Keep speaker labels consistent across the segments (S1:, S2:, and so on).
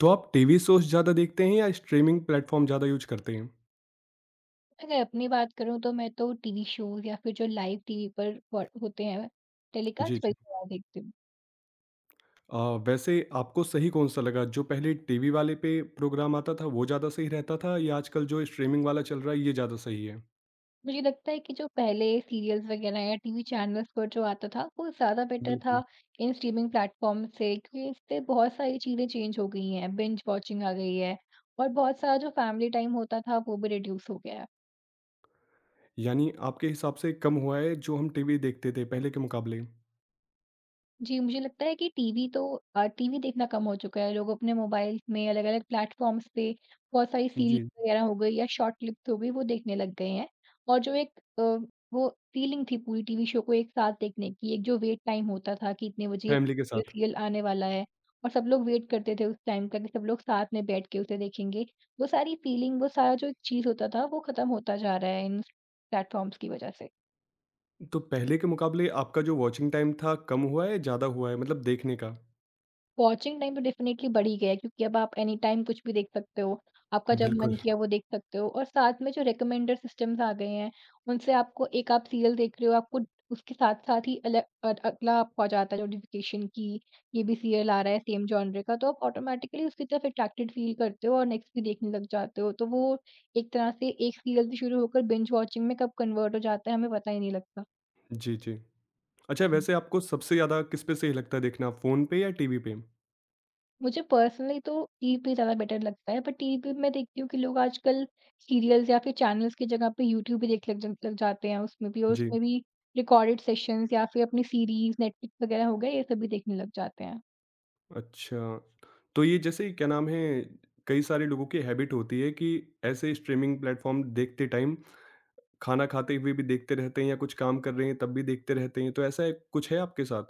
S1: तो आप TV shows ज़्यादा देखते हैं या स्ट्रीमिंग प्लेटफ़ॉर्म ज़्यादा यूज़ करते हैं?
S2: अगर अपनी बात करूँ तो मैं तो टीवी शो या फिर जो लाइव टीवी पर व होते हैं टेलीकास्ट
S1: जी,
S2: वही
S1: जी।
S2: सारा देखती हूँ।
S1: अ, वैसे आपको सही कौन-सा लगा जो पहले टीवी वाले पे प्रोग्राम आता था वो ज़्यादा सही रहता था या आजकल जो स्ट्रीमिंग वाला चल रहा है ये ज़्यादा सही है?
S2: मुझे लगता है कि जो पहले सीरियल्स वगैरह या टीवी चैनल्स पर जो आता था, वो ज़्यादा बेटर था
S1: बिल्कुल।
S2: इन स्ट्रीमिंग प्लेटफ़ॉर्म से, क्योंकि इससे बहुत सारी चीज़ें चेंज हो गई हैं, बिंज वॉचिंग आ गई है और बहुत सारा जो फैमिली टाइम होता था वो भी रिड्यूस हो गया है।
S1: यानी आपके हिसाब से कम हुआ है जो हम टीवी देखते थे पहले के मुकाबले?
S2: जी, मुझे लगता है कि टीवी देखना कम हो चुका है। लोग अपने मोबाइल में अलग-अलग प्लेटफ़ॉर्म्स पे बहुत सारी सीरीज़
S1: जी,
S2: वगैरह हो गई या शॉर्ट क्लिप्स हो गई, वो देखने लग गए हैं। और अ, वो फीलिंग थी पूरी टीवी शो को एक साथ देखने की, एक जो वेट टाइम होता था कि इतने बजे
S1: फैमिली के
S2: ये
S1: साथ।
S2: सीरियल आने वाला है, और सब लोग वेट करते थे उस टाइम का कि सब लोग साथ में बैठ के उसे देखेंगे। वो सारी फीलिंग, वो सारा जो एक चीज़ होता था, वो ख़त्म होता जा रहा है इन प्लेटफ़ॉर्म्स की वज़ह से।
S1: तो पहले के मुकाबले आपका जो वॉचिंग टाइम था कम हुआ है, ज़्यादा हुआ है मतलब देखने का?
S2: वॉचिंग टाइम तो डेफ़िनेटली बढ़ ही गया है, क्योंकि अब आप एनी टाइम कुछ भी देख सकते हो। आपका जब मन
S1: बिल्कुल।
S2: हुँ। किया, वो देख सकते हो, और साथ में जो रिकमेंडर सिस्टम्स आ गए हैं, उनसे आपको एक आप सीरियल देख रहे हो, आपको उसके साथ-साथ ही अगला आपको आ जाता है नोटिफ़िकेशन कि ये भी सीरियल आ रहा है सेम जॉनर का, तो आप ऑटोमैटिकली उसकी तरफ अट्रैक्टेड फ़ील करते हो और नेक्स्ट भी देखने लग जाते हो। तो वो एक तरह से एक सीरियल से शुरू होकर बिंज वॉचिंग में कब कन्वर्ट हो जाता है, हमें पता ही नहीं लगता।
S1: जी, जी। अच्छा वैसे आपको सबसे ज़्यादा किस पे सही लगता है देखना फ़ोन पे या टीवी पे?
S2: मुझे पर्सनली तो टीवी ज़्यादा बेटर लगता है, बट टीवी में देखती हूँ कि लोग आजकल सीरियल्स या फिर चैनल्स की जगह पे यूट्यूब भी देखने लग जाते हैं उसमें भी, और
S1: जी।
S2: उसमें भी रिकॉर्डेड सेशंस या फिर अपनी सीरीज़, नेटफ्लिक्स वगैरह हो गए, ये सब भी देखने लग जाते हैं।
S1: अच्छा, तो ये जैसे क्या नाम है, कई सारे लोगों की हैबिट होती है कि ऐसे स्ट्रीमिंग प्लेटफ़ॉर्म देखते टाइम खाना खाते हुए भी देखते रहते हैं या कुछ काम कर रहे हैं तब भी देखते रहते हैं, तो ऐसा है कुछ है आपके साथ?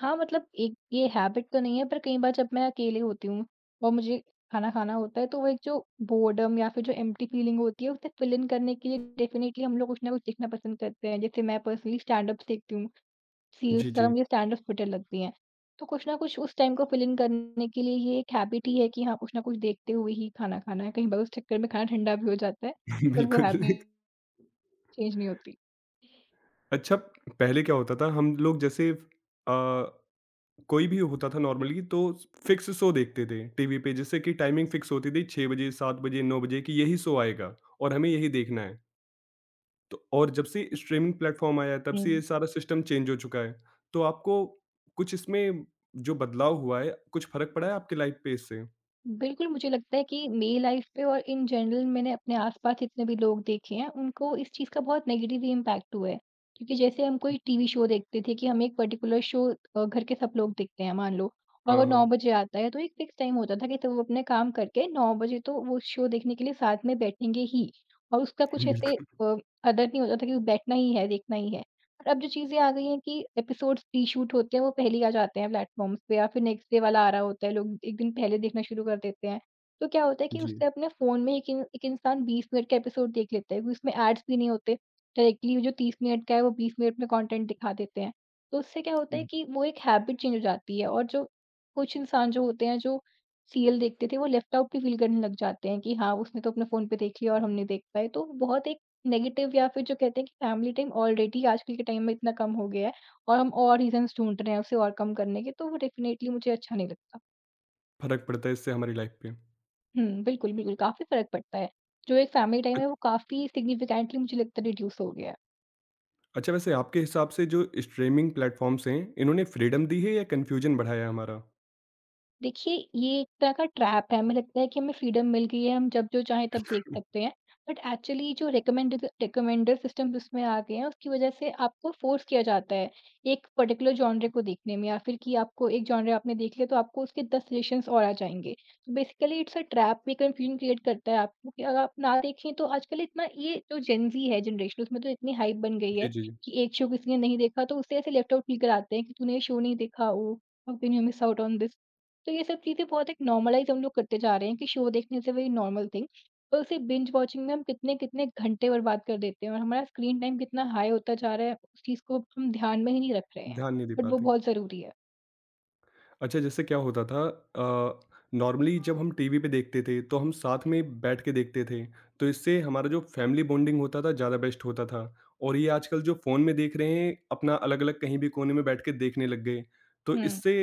S2: हाँ, मतलब एक ये हैबिट तो नहीं है, पर कई बार जब मैं अकेले होती हूँ और मुझे खाना खाना होता है, तो वो एक जो बोर्डम या फिर जो एम्प्टी फीलिंग होती है, उसे फिल इन करने के लिए डेफ़िनेटली हम लोग कुछ ना कुछ देखना पसंद करते हैं। जैसे मैं पर्सनली स्टैंड-अप्स देखती हूँ।
S1: जी,
S2: सील्स
S1: जी।
S2: गरम ये स्टैंडर्ड फिटर लगती हैं। तो कुछ ना कुछ उस टाइम को फिल इन करने के लिए ये एक हैबिट ही है कि हाँ, कुछ ना कुछ देखते हुए ही खाना खाना है। कई बार उस चक्कर में खाना ठंडा भी हो जाता है, पर वो
S1: बिल्कुल।
S2: हैबिट चेंज नहीं होती।
S1: अच्छा, पहले क्या होता था हम लोग जैसे कोई भी होता था नॉर्मली तो फिक्स शो देखते थे टीवी पे, जैसे कि टाइमिंग फिक्स होती थी 6 बजे, 7 बजे, 9 बजे कि यही शो आएगा और हमें यही देखना है। तो और जब से स्ट्रीमिंग प्लेटफ़ॉर्म आया है, तब से ये
S2: हुँ।
S1: सारा सिस्टम चेंज हो चुका है। तो आपको कुछ इसमें जो बदलाव हुआ है, कुछ फ़र्क पड़ा है आपकी लाइफ़ पे इससे?
S2: बिल्कुल, मुझे लगता है कि मेरी लाइफ़ पे और इन जनरल मैंने अपने आस-पास जितने भी लोग देखे हैं, उनको इस चीज़ का बहुत नेगेटिव इम्पैक्ट हुआ है। क्योंकि जैसे हम कोई टीवी शो देखते थे कि हमें एक पर्टिकुलर शो घर के सब लोग देखते हैं मान लो, और
S1: हाँ,
S2: वो 9
S1: हाँ।
S2: बजे आता है, तो एक फ़िक्स टाइम होता था कि सब अपने काम करके 9 बजे तो वो शो देखने के लिए साथ में बैठेंगे ही, और उसका कुछ ऐसे
S1: बिल्कुल,
S2: अदर नहीं होता था कि बैठना ही है, देखना ही है। और अब जो चीज़ें आ गई हैं कि एपिसोड्स प्री-शूट होते हैं, वो पहले ही आ जाते हैं प्लेटफ़ॉर्म्स पे या फिर नेक्स्ट डे वाला आ रहा होता है, लोग 1 दिन पहले देखना शुरू कर देते हैं। तो क्या होता है कि
S1: जी।
S2: उससे अपने फ़ोन में एक इंसान 20 मिनट का एपिसोड देख लेता है, क्योंकि उसमें एड्स भी नहीं होते, डायरेक्टली जो 30 मिनट का है, वो 20 मिनट में कंटेंट दिखा देते हैं। तो उससे क्या होता है कि वो एक हैबिट चेंज हो जाती है, और जो कुछ इंसान जो होते हैं, जो सीरियल देखते थे, वो लेफ्ट आउट भी फ़ील करने लग जाते हैं कि हाँ, उसने तो अपने फ़ोन पे देख लिया और हम नहीं देख पाए। तो बहुत एक नेगेटिव, या फिर जो कहते हैं कि फैमिली टाइम ऑलरेडी आजकल के टाइम में इतना कम हो गया है, और हम और रीज़न्स ढूँढ रहे हैं उसे और कम करने के, तो वो डेफ़िनेटली मुझे अच्छा नहीं लगता।
S1: फ़र्क पड़ता है इससे हमारी लाइफ़ पे।
S2: बिल्कुल, बिल्कुल काफ़ी फ़र्क पड़ता है। जो एक फैमिली टाइम
S1: अ,
S2: है, वो काफ़ी सिग्निफ़िकेंटली मुझे लगता है रिड्यूस हो गया है।
S1: अच्छा वैसे आपके हिसाब से जो स्ट्रीमिंग प्लेटफ़ॉर्म्स हैं, इन्होंने फ्रीडम दी है या कन्फ्यूज़न बढ़ाया है हमारा?
S2: देखिए, ये एक तरह का ट्रैप है, हमें लगता है कि हमें फ्रीडम मिल गई है, हम जब जो चाहें तब देख सकते हैं। बट एक्चुअली जो रिकमेंडेड रिकमेंडर सिस्टम्स उसमें आ गए हैं, उसकी वजह से आपको फ़ोर्स किया जाता है, एक पर्टिकुलर जॉनर को देखने में, या फिर कि आपको एक जॉनर आपने देख लिया, तो आपको उसके 10 सजेशंस और आ जाएँगे। तो बेसिकली इट्स अ ट्रैप, ये कन्फ्यूजन क्रिएट करता है आपको कि अगर आप ना देखें, तो आजकल इतना ये जो जेन ज़ी है जनरेशन, उसमें तो इतनी हाइप बन गई है
S1: जी, जी, जी।
S2: कि एक शो किसी ने नहीं देखा, तो उसे ऐसे लेफ्ट आउट फ़ील कराते हैं कि, "तूने ये शो नहीं देखा, oh! How can you miss out on this?" तो ये सब चीज़ें बहुत एक नॉर्मलाइज़ हम लोग करते जा रहे हैं कि शो देखने से वही नॉर्मल थिंग, और उसी बिंज वॉचिंग में हम कितने-कितने घंटे बर्बाद कर देते हैं, और हमारा स्क्रीन टाइम कितना हाई होता जा रहा है, उस चीज़ को हम ध्यान में ही नहीं रख रहे हैं।
S1: ध्यान नहीं दे
S2: बट वो
S1: पाते।
S2: बहुत ज़रूरी है।
S1: अच्छा, जैसे क्या होता था नॉर्मली जब हम टीवी पे देखते थे, तो हम साथ में बैठ के देखते थे, तो इससे हमारा जो फैमिली बॉन्डिंग होता था, ज़्यादा बेस्ट होता था। और ये आजकल जो फ़ोन में देख रहे हैं, अपना अलग-अलग कहीं भी कोने में बैठ के देखने लग गए। तो
S2: हुँ।
S1: इससे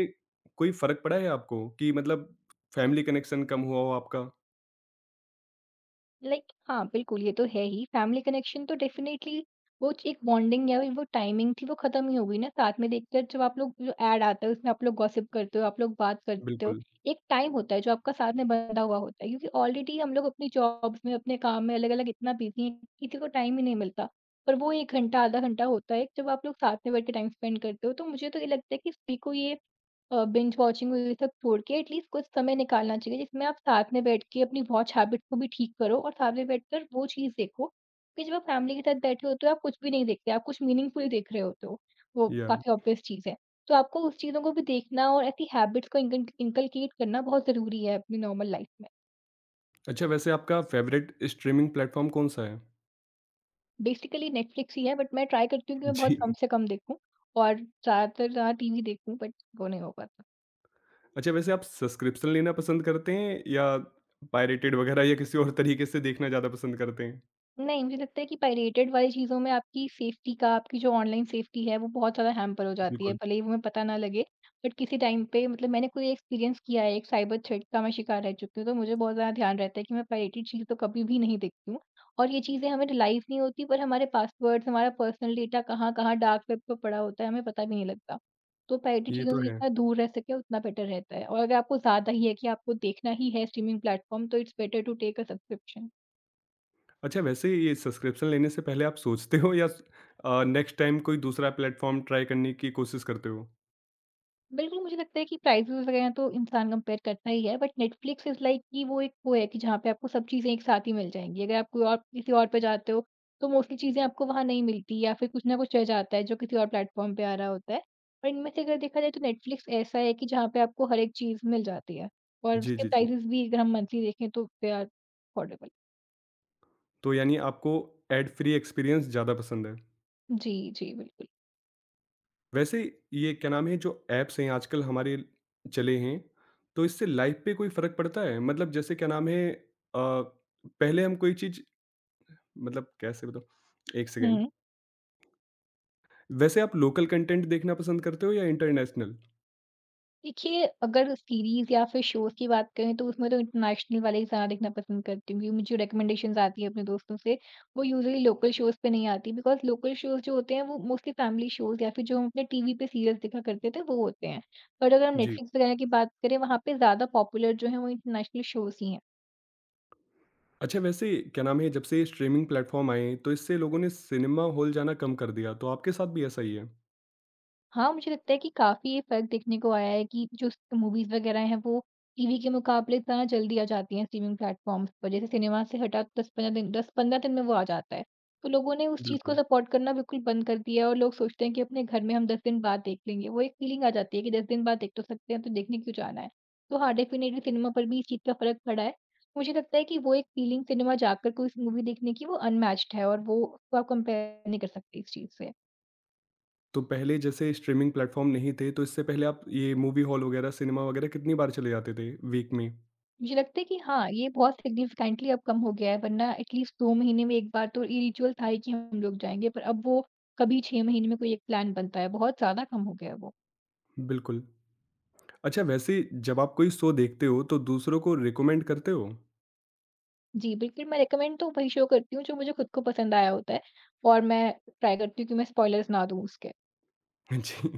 S1: कोई फ़र्क पड़ा है आपको कि मतलब फैमिली कनेक्शन कम हुआ हो आपका?
S2: लाइक हाँ, बिल्कुल ये तो है ही। फैमिली कनेक्शन तो डेफ़िनेटली वो च एक बॉन्डिंग या वो टाइमिंग थी, वो ख़त्म ही हो गई ना। साथ में देखते हैं जब आप लोग, जो ऐड आता है उसमें आप लोग गॉसिप करते हो, आप लोग बात करते हो।
S1: बिल्कुल,
S2: एक टाइम होता है जो आपका साथ में बँधा हुआ होता है, क्योंकि ऑलरेडी हम लोग अपनी जॉब्स में, अपने काम में अलग-अलग इतना बिज़ी हैं, कि किसी को टाइम ही नहीं मिलता। पर वो 1 घंटा, आधा घंटा होता है जब आप लोग साथ में बैठ के टाइम स्पेंड करते हो। तो मुझे तो ये लगता है कि सभी को ये बिंज वॉचिंग ये सब छोड़ के एटलीस्ट कुछ समय निकालना चाहिए, जिसमें आप साथ में बैठ के अपनी वॉच हैबिट को भी ठीक करो और साथ में बैठकर वो चीज़ देखो, कि जब आप फैमिली के साथ बैठे होते हो, आप कुछ भी नहीं देखते, आप कुछ मीनिंगफुल देख रहे होते हो, वो
S1: या
S2: काफ़ी ऑब्वियस चीज़ है। तो आपको उस चीज़ों को भी देखना और ऐसी हैबिट्स को इंकन इनकलकेट करना बहुत ज़रूरी है अपनी नॉर्मल लाइफ में।
S1: अच्छा वैसे आपका फ़ेवरेट स्ट्रीमिंग प्लेटफ़ॉर्म कौन-सा है?
S2: बेसिकली नेटफ्लिक्स ही है, बट मैं ट्राई करती हूँ कि मैं बहुत
S1: जी।
S2: कम से कम देखूँ और ज़्यादातर ज़्यादा टीवी देखूँ, बट वो नहीं हो पाता।
S1: अच्छा वैसे आप सब्सक्रिप्शन लेना पसंद करते हैं या पायरेटेड वगैरह या किसी और तरीके से देखना ज़्यादा पसंद करते हैं?
S2: नहीं, मुझे लगता है कि पायरेटेड वाली चीज़ों में आपकी सेफ्टी का, आपकी जो ऑनलाइन सेफ्टी है, वो बहुत ज़्यादा हैम्पर हो जाती है,
S1: बिल्कुल,
S2: भले ही वो हमें पता ना लगे। बट किसी टाइम पे, मतलब मैंने कोई एक्सपीरियंस किया है, एक साइबर थ्रेट का मैं शिकार रह चुकी हूँ, तो मुझे बहुत ज़्यादा ध्यान रहता है कि मैं पायरेटेड चीज़ तो कभी भी नहीं देखती हूँ। और ये चीज़ें हमें रियलाइज़ नहीं होती, पर हमारे पासवर्ड्स, हमारा पर्सनल डेटा कहाँ-कहाँ डार्क वेब पे पड़ा होता है, हमें पता भी नहीं लगता। तो पायरेटेड
S1: ये
S2: चीज़ों
S1: तो
S2: से
S1: है।
S2: जितना दूर रह सकें, उतना बेटर रहता है। और अगर आपको ज़्यादा ही है कि आपको देखना ही है स्ट्रीमिंग प्लेटफ़ॉर्म, तो it's better to take a subscription.
S1: अच्छा वैसे ये सब्सक्रिप्शन लेने से पहले आप सोचते हो या नेक्स्ट टाइम कोई दूसरा प्लेटफ़ॉर्म ट्राई करने की कोशिश करते हो?
S2: बिल्कुल, मुझे लगता है कि प्राइसेज़ वगैरह तो इंसान कंपेयर करता ही है, बट नेटफ्लिक्स इज़ लाइक कि वो एक वो है कि जहाँ पे आपको सब चीज़ें एक साथ ही मिल जाएँगी। अगर आप कोई और किसी और पे जाते हो, तो मोस्टली चीज़ें आपको वहाँ नहीं मिलती या फिर कुछ ना कुछ रह जाता है, जो किसी और प्लेटफ़ॉर्म पे आ रहा होता है। और इनमें से अगर देखा जाए तो नेटफ्लिक्स ऐसा है कि जहाँ पे आपको हर एक चीज़ मिल जाती है, और
S1: जी,
S2: उसके
S1: जी, जी।
S2: प्राइसेज़ भी अगर हम मंथली देखें तो दे आर अफोर्डेबल।
S1: तो यानी आपको ऐड फ्री एक्सपीरियंस ज़्यादा पसंद है।
S2: जी, जी, बिल्कुल।
S1: वैसे ये क्या नाम है जो ऐप्स हैं आजकल हमारे चले हैं, तो इससे लाइफ़ पे कोई फ़र्क पड़ता है? मतलब जैसे क्या नाम है पहले हम कोई चीज़ मतलब कैसे बताऊँ? 1 सेकंड।
S2: हुँ।
S1: वैसे आप लोकल कंटेंट देखना पसंद करते हो या इंटरनेशनल?
S2: देखिए, अगर सीरीज़ या फिर शोज़ की बात करें तो उसमें तो इंटरनेशनल वाले ही ज़्यादा देखना पसंद करती हूँ, क्योंकि मुझे रिकमेंडेशंस आती है अपने दोस्तों से, वो यूजुअली लोकल शोज़ पे नहीं आती, बिकॉज़ लोकल शोज़ जो होते हैं वो मोस्टली फैमिली शोज़ या फिर जो हम अपने टीवी पे सीरियल्स देखा करते थे वो होते हैं। बट अगर हम
S1: जी।
S2: नेटफ्लिक्स वगैरह की बात करें, वहाँ पे ज़्यादा पॉपुलर जो हैं वो इंटरनेशनल शोज़ ही हैं।
S1: अच्छा वैसे क्या नाम है जब से स्ट्रीमिंग प्लेटफ़ॉर्म आए हैं, तो इससे लोगों ने सिनेमा हॉल जाना कम कर दिया, तो आपके साथ भी ऐसा ही है?
S2: हाँ, मुझे लगता है कि काफ़ी ये फ़र्क देखने को आया है कि जो स मूवीज़ वग़ैरह हैं वो टीवी के मुकाबले इतना जल्दी आ जाती हैं स्ट्रीमिंग प्लेटफ़ॉर्म्स पर। जैसे सिनेमा से हटा 10-15 दिन, 10-15 दिन में वो आ जाता है। तो लोगों ने उस चीज़ को
S1: बिल्कुल।
S2: सपोर्ट करना बिल्कुल बंद कर दिया है, और लोग सोचते हैं कि अपने घर में हम 10 दिन बाद देख लेंगे। वो एक फ़ीलिंग आ जाती है कि 10 दिन बाद देख तो सकते हैं, तो देखने क्यों जाना है? तो हाँ, डेफ़िनिटली सिनेमा पर भी इस चीज़ का फ़र्क पड़ा है। मुझे लगता है कि वो एक फ़ीलिंग सिनेमा जाकर कोई स मूवी देखने की वो अनमैच्ड है, और वो उसको आप कंपेयर नहीं कर सकते इस चीज़ से।
S1: तो पहले जैसे स्ट्रीमिंग प्लेटफ़ॉर्म नहीं थे, तो इससे पहले आप ये मूवी हॉल वगैरह, सिनेमा वगैरह कितनी बार चले जाते थे वीक में?
S2: मुझे लगता है कि हाँ, ये बहुत सिग्निफिकेंटली अब कम हो गया है, वरना एटलीस्ट 2 महीने में एक बार तो ये रिचुअल था ही कि हम लोग जाएँगे, पर अब वो कभी 6 महीने में कोई एक प्लान बनता है। बहुत ज़्यादा कम हो गया है वो।
S1: बिल्कुल। अच्छा वैसे जब आप कोई शो देखते हो, तो दूसरों को रिकमेंड करते हो?
S2: जी, बिल्कुल। मैं रिकमेंड तो वही शो करती हूँ जो मुझे खुद को पसंद आया होता है, और मैं ट्राई करती हूँ कि मैं स्पॉयलर्स ना दूँ उसके।
S1: जी।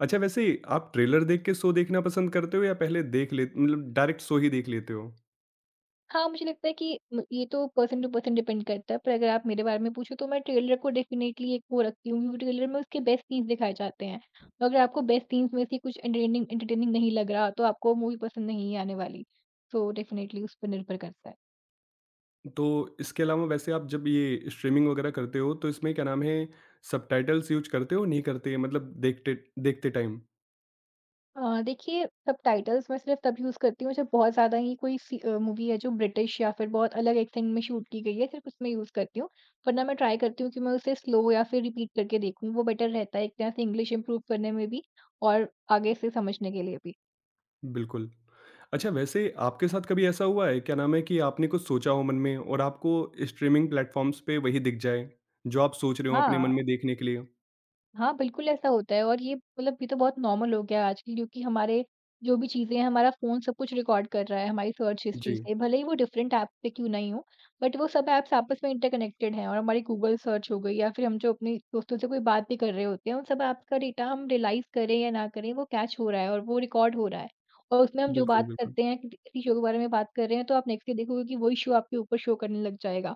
S1: अच्छा वैसे आप ट्रेलर देख के शो देखना पसंद करते हो या पहले देख ले मतलब डायरेक्ट शो ही देख लेते हो?
S2: हाँ, मुझे लगता है कि म ये तो पर्सन टू पर्सन डिपेंड करता है, पर अगर आप मेरे बारे में पूछो, तो मैं ट्रेलर को डेफ़िनेटली एक वो रखती हूँ, क्योंकि ट्रेलर में उसके बेस्ट सीन्स दिखाए जाते हैं। तो अगर आपको बेस्ट सीन्स में से कुछ एंटरटेनिंग एंटरटेनिंग नहीं लग रहा, तो आपको मूवी पसंद नहीं आने वाली। तो डेफ़िनेटली उस पे निर्भर करता है।
S1: तो इसके अलावा वैसे आप जब ये स्ट्रीमिंग वगैरह करते हो तो इसमें क्या नाम है सबटाइटल्स यूज करते हो नहीं करते मतलब देखते देखते टाइम
S2: देखिए, सबटाइटल्स मैं सिर्फ़ तब यूज़ करती हूँ जब बहुत ज़्यादा ही कोई सी मूवी है जो ब्रिटिश या फिर बहुत अलग एक्सेंट में शूट की गई है। सिर्फ़ उसमें यूज़ करती हूँ। वरना मैं ट्राई करती हूँ कि मैं उसे स्लो या फिर रिपीट करके देखूँ। वो बेटर रहता है, एक तरह से इंग्लिश इम्प्रूव करने में भी और आगे से समझने के लिए भी।
S1: बिल्कुल। अच्छा वैसे आपके साथ कभी ऐसा हुआ है क्या नाम है कि आपने कुछ सोचा हो मन में और आपको स्ट्रीमिंग प्लेटफॉर्म्स पे वही दिख जाए जो आप सोच रहे हो अपने मन
S2: हाँ।
S1: में देखने के लिए?
S2: हाँ, बिल्कुल ऐसा होता है, और ये मतलब ये तो बहुत नॉर्मल हो गया है आजकल, क्योंकि हमारे जो भी चीज़ें हैं, हमारा फ़ोन सब कुछ रिकॉर्ड कर रहा है हमारी सर्च हिस्ट्री
S1: जी।
S2: से। भले ही वो डिफरेंट ऐप पे क्यों नहीं हो, बट वो सब ऐप्स आपस में इंटरकनेक्टेड हैं, और हमारी गूगल सर्च हो गई या फिर हम जो अपने दोस्तों से कोई बात भी कर रहे होते हैं, उन सब ऐप्स का डेटा, हम रियलाइज़ करें या ना करें, वो कैच हो रहा है और वो रिकॉर्ड हो रहा है। और उसमें हम जो
S1: बिल्कुल
S2: बात
S1: बिल्कुल
S2: करते हैं, किसी किसी इश्यू के बारे में बात कर रहे हैं, तो आप नेक्स्ट डे देखोगे कि वो इश्यू आपके ऊपर शो करने लग जाएगा,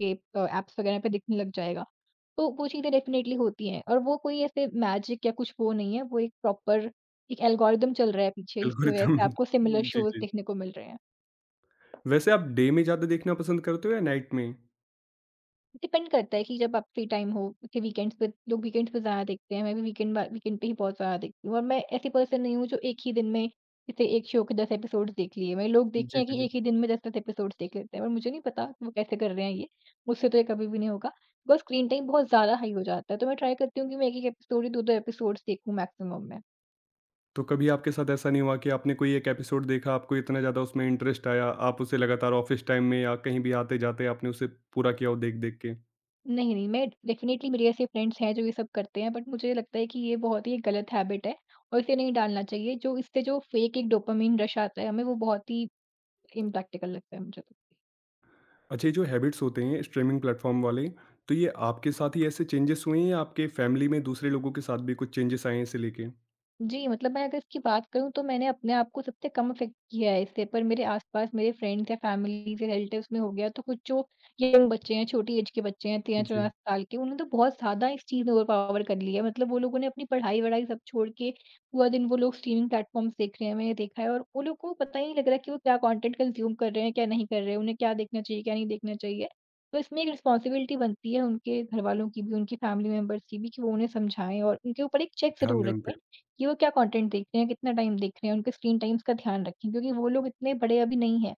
S2: ये ऐप्स वगैरह पे दिखने लग जाएगा। तो वो चीज़ें डेफ़िनेटली होती हैं, और वो कोई ऐसे मैजिक या कुछ वो नहीं है। वो एक प्रॉपर एक एल्गोरिदम चल रहा है पीछे, इसकी वजह
S1: एल्गोरिथम।
S2: से आपको सिमिलर
S1: जी,
S2: शोज़
S1: जी।
S2: देखने को मिल रहे हैं।
S1: वैसे आप डे में ज़्यादा देखना पसंद करते हो या नाइट में?
S2: डिपेंड करता है कि जब आप फ्री टाइम हो, कि वीकेंड्स पे लोग वीकेंड्स पे ज़्यादा देखते हैं। मैं भी वीकेंड पे ही बहुत ज़्यादा देखती हूँ, और मैं ऐसी पर्सन नहीं हूँ जो एक ही दिन में, जैसे, एक शो के 10 एपिसोड्स देख लिए। मैंने लोग देखे
S1: जी,
S2: हैं
S1: जी,
S2: कि
S1: जी।
S2: एक ही दिन में 10-10 एपिसोड्स देख लेते हैं, और मुझे नहीं पता कि वो कैसे कर रहे हैं ये। मुझसे तो ये कभी भी नहीं होगा। बिकॉज़ स्क्रीन टाइम बहुत ज़्यादा हाई हो जाता है, तो मैं ट्राई करती हूँ कि मैं 1-1 एपिसोड या 2-2 एपिसोड्स देखूँ मैक्सिमम में।
S1: तो कभी आपके साथ ऐसा नहीं हुआ कि आपने कोई एक एपिसोड देखा, आपको इतना ज़्यादा उसमें इंटरेस्ट आया, आप उसे लगातार ऑफ़िस टाइम में या कहीं भी आते-जाते आपने उसे पूरा किया हो देख-देख के?
S2: नहीं, नहीं, मैं डेफ़िनेटली, मेरे ऐसे फ्रेंड्स हैं जो ये सब करते हैं, बट मुझे लगता है कि ये बहुत ही गलत हैबिट है और इसे नहीं डालना चाहिए। जो इससे जो फेक एक डोपामाइन रश आता है हमें, वो बहुत ही इम्प्रैक्टिकल लगता है मुझे तो।
S1: अच्छा, ये जो हैबिट्स होते हैं स्ट्रीमिंग प्लेटफ़ॉर्म वाले, तो ये आपके साथ ही ऐसे चेंजेस हुए हैं या आपके फ़ैमिली में दूसरे लोगों के साथ भी कुछ चेंजेस आए हैं इसे लेके?
S2: जी, मतलब मैं अगर इसकी बात करूँ, तो मैंने अपने आप को सबसे कम अफ़ेक्ट किया है इससे, पर मेरे आस-पास मेरे फ्रेंड्स या फ़ैमिलीज़ या रिलेटिव्स में हो गया, तो कुछ जो यंग बच्चे हैं, छोटी एज के बच्चे हैं, 13-14
S1: जी,
S2: साल के, उन्होंने तो बहुत ज़्यादा इस चीज़ में ओवरपावर कर लिया है। मतलब वो लोगों ने अपनी पढ़ाई-वढ़ाई सब छोड़ के पूरा दिन वो लोग स्ट्रीमिंग प्लेटफ़ॉर्म्स देख रहे हैं, मैंने देखा है। और वो लोग को पता ही नहीं लग रहा कि वो क्या कंटेंट कंज़्यूम कर रहे हैं, क्या नहीं कर रहे हैं, उन्हें क्या देखना चाहिए, क्या नहीं देखना चाहिए। तो इसमें एक रिस्पॉन्सिबिलिटी बनती है उनके घरवालों की भी, उनकी फ़ैमिली मेंबर्स की भी, कि वो उन्हें समझाएँ और उनके ऊपर एक चेक
S1: ध्यान
S2: ज़रूर
S1: दें उन पे।
S2: रखें कि वो क्या कंटेंट देख रहे हैं, कितना टाइम देख रहे हैं। उनके स्क्रीन टाइम्स का ध्यान रखें, क्योंकि वो लोग इतने बड़े अभी नहीं हैं।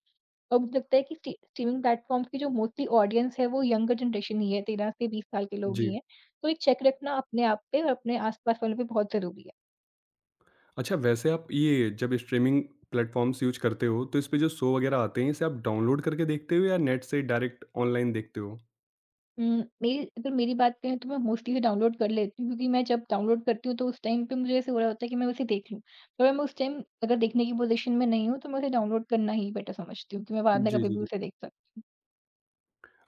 S2: और मुझे लगता है कि स्टी स्ट्रीमिंग प्लेटफ़ॉर्म की जो मोस्टली ऑडियंस है, वो यंगर जनरेशन ही है, 13 से 20 साल के लोग
S1: जी।
S2: ही हैं। तो एक चेक रखना अपने आप पे और अपने आस-पास वालों पे बहुत ज़रूरी है।
S1: अच्छा वैसे आप ये जब स्ट्रीमिंग प्लेटफ़ॉर्म्स यूज़ करते हो, तो इस पे जो शो वगैरह आते हैं, इसे आप डाउनलोड करके देखते हो या नेट से डायरेक्ट ऑनलाइन देखते हो?
S2: उम, मेरी अगर मेरी बात करें, तो मैं मोस्टली डाउनलोड कर लेती हूँ, क्योंकि मैं जब डाउनलोड करती हूँ, तो उस टाइम पे मुझे ऐसे हो रहा होता है कि मैं उसे देख लूँ। अगर मैं उस टाइम अगर देखने की पोज़ीशन में नहीं हूँ, तो मैं उसे डाउनलोड करना ही बेटर समझती हूँ, कि मैं बाद में
S1: जी,
S2: कभी
S1: जी,
S2: भी
S1: जी।
S2: उसे देख सकती हूँ।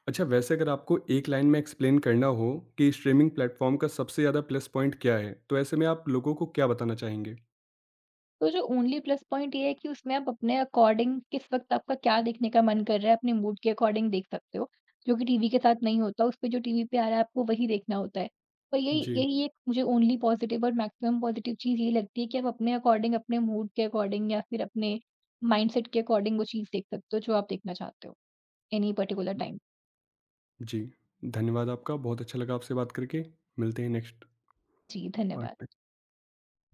S1: अच्छा वैसे अगर आपको एक लाइन में एक्सप्लेन करना हो कि स्ट्रीमिंग प्लेटफॉर्म का सबसे ज़्यादा प्लस पॉइंट क्या है, तो ऐसे में आप लोगों को क्या बताना चाहेंगे?
S2: तो जो ओनली प्लस पॉइंट ये है कि उसमें आप अपने अकॉर्डिंग, किस वक़्त आपका क्या देखने का मन कर रहा है, अपने मूड के अकॉर्डिंग देख सकते हो, जो कि टीवी के साथ नहीं होता। उस पे, जो टीवी पे आ रहा है, आपको वही देखना होता है। पर यही
S1: जी,
S2: यही एक मुझे ओनली पॉज़िटिव और मैक्सिमम पॉज़िटिव चीज़ ये लगती है कि आप अपने अकॉर्डिंग, अपने मूड के अकॉर्डिंग, या फिर अपने माइंडसेट के अकॉर्डिंग वो चीज़ देख सकते हो जो आप देखना चाहते हो, एनी पर्टिकुलर टाइम।
S1: जी। धन्यवाद आपका, बहुत अच्छा लगा आपसे बात करके। मिलते हैं नेक्स्ट
S2: जी,
S1: पार्ट
S2: धन्यवाद।
S1: में।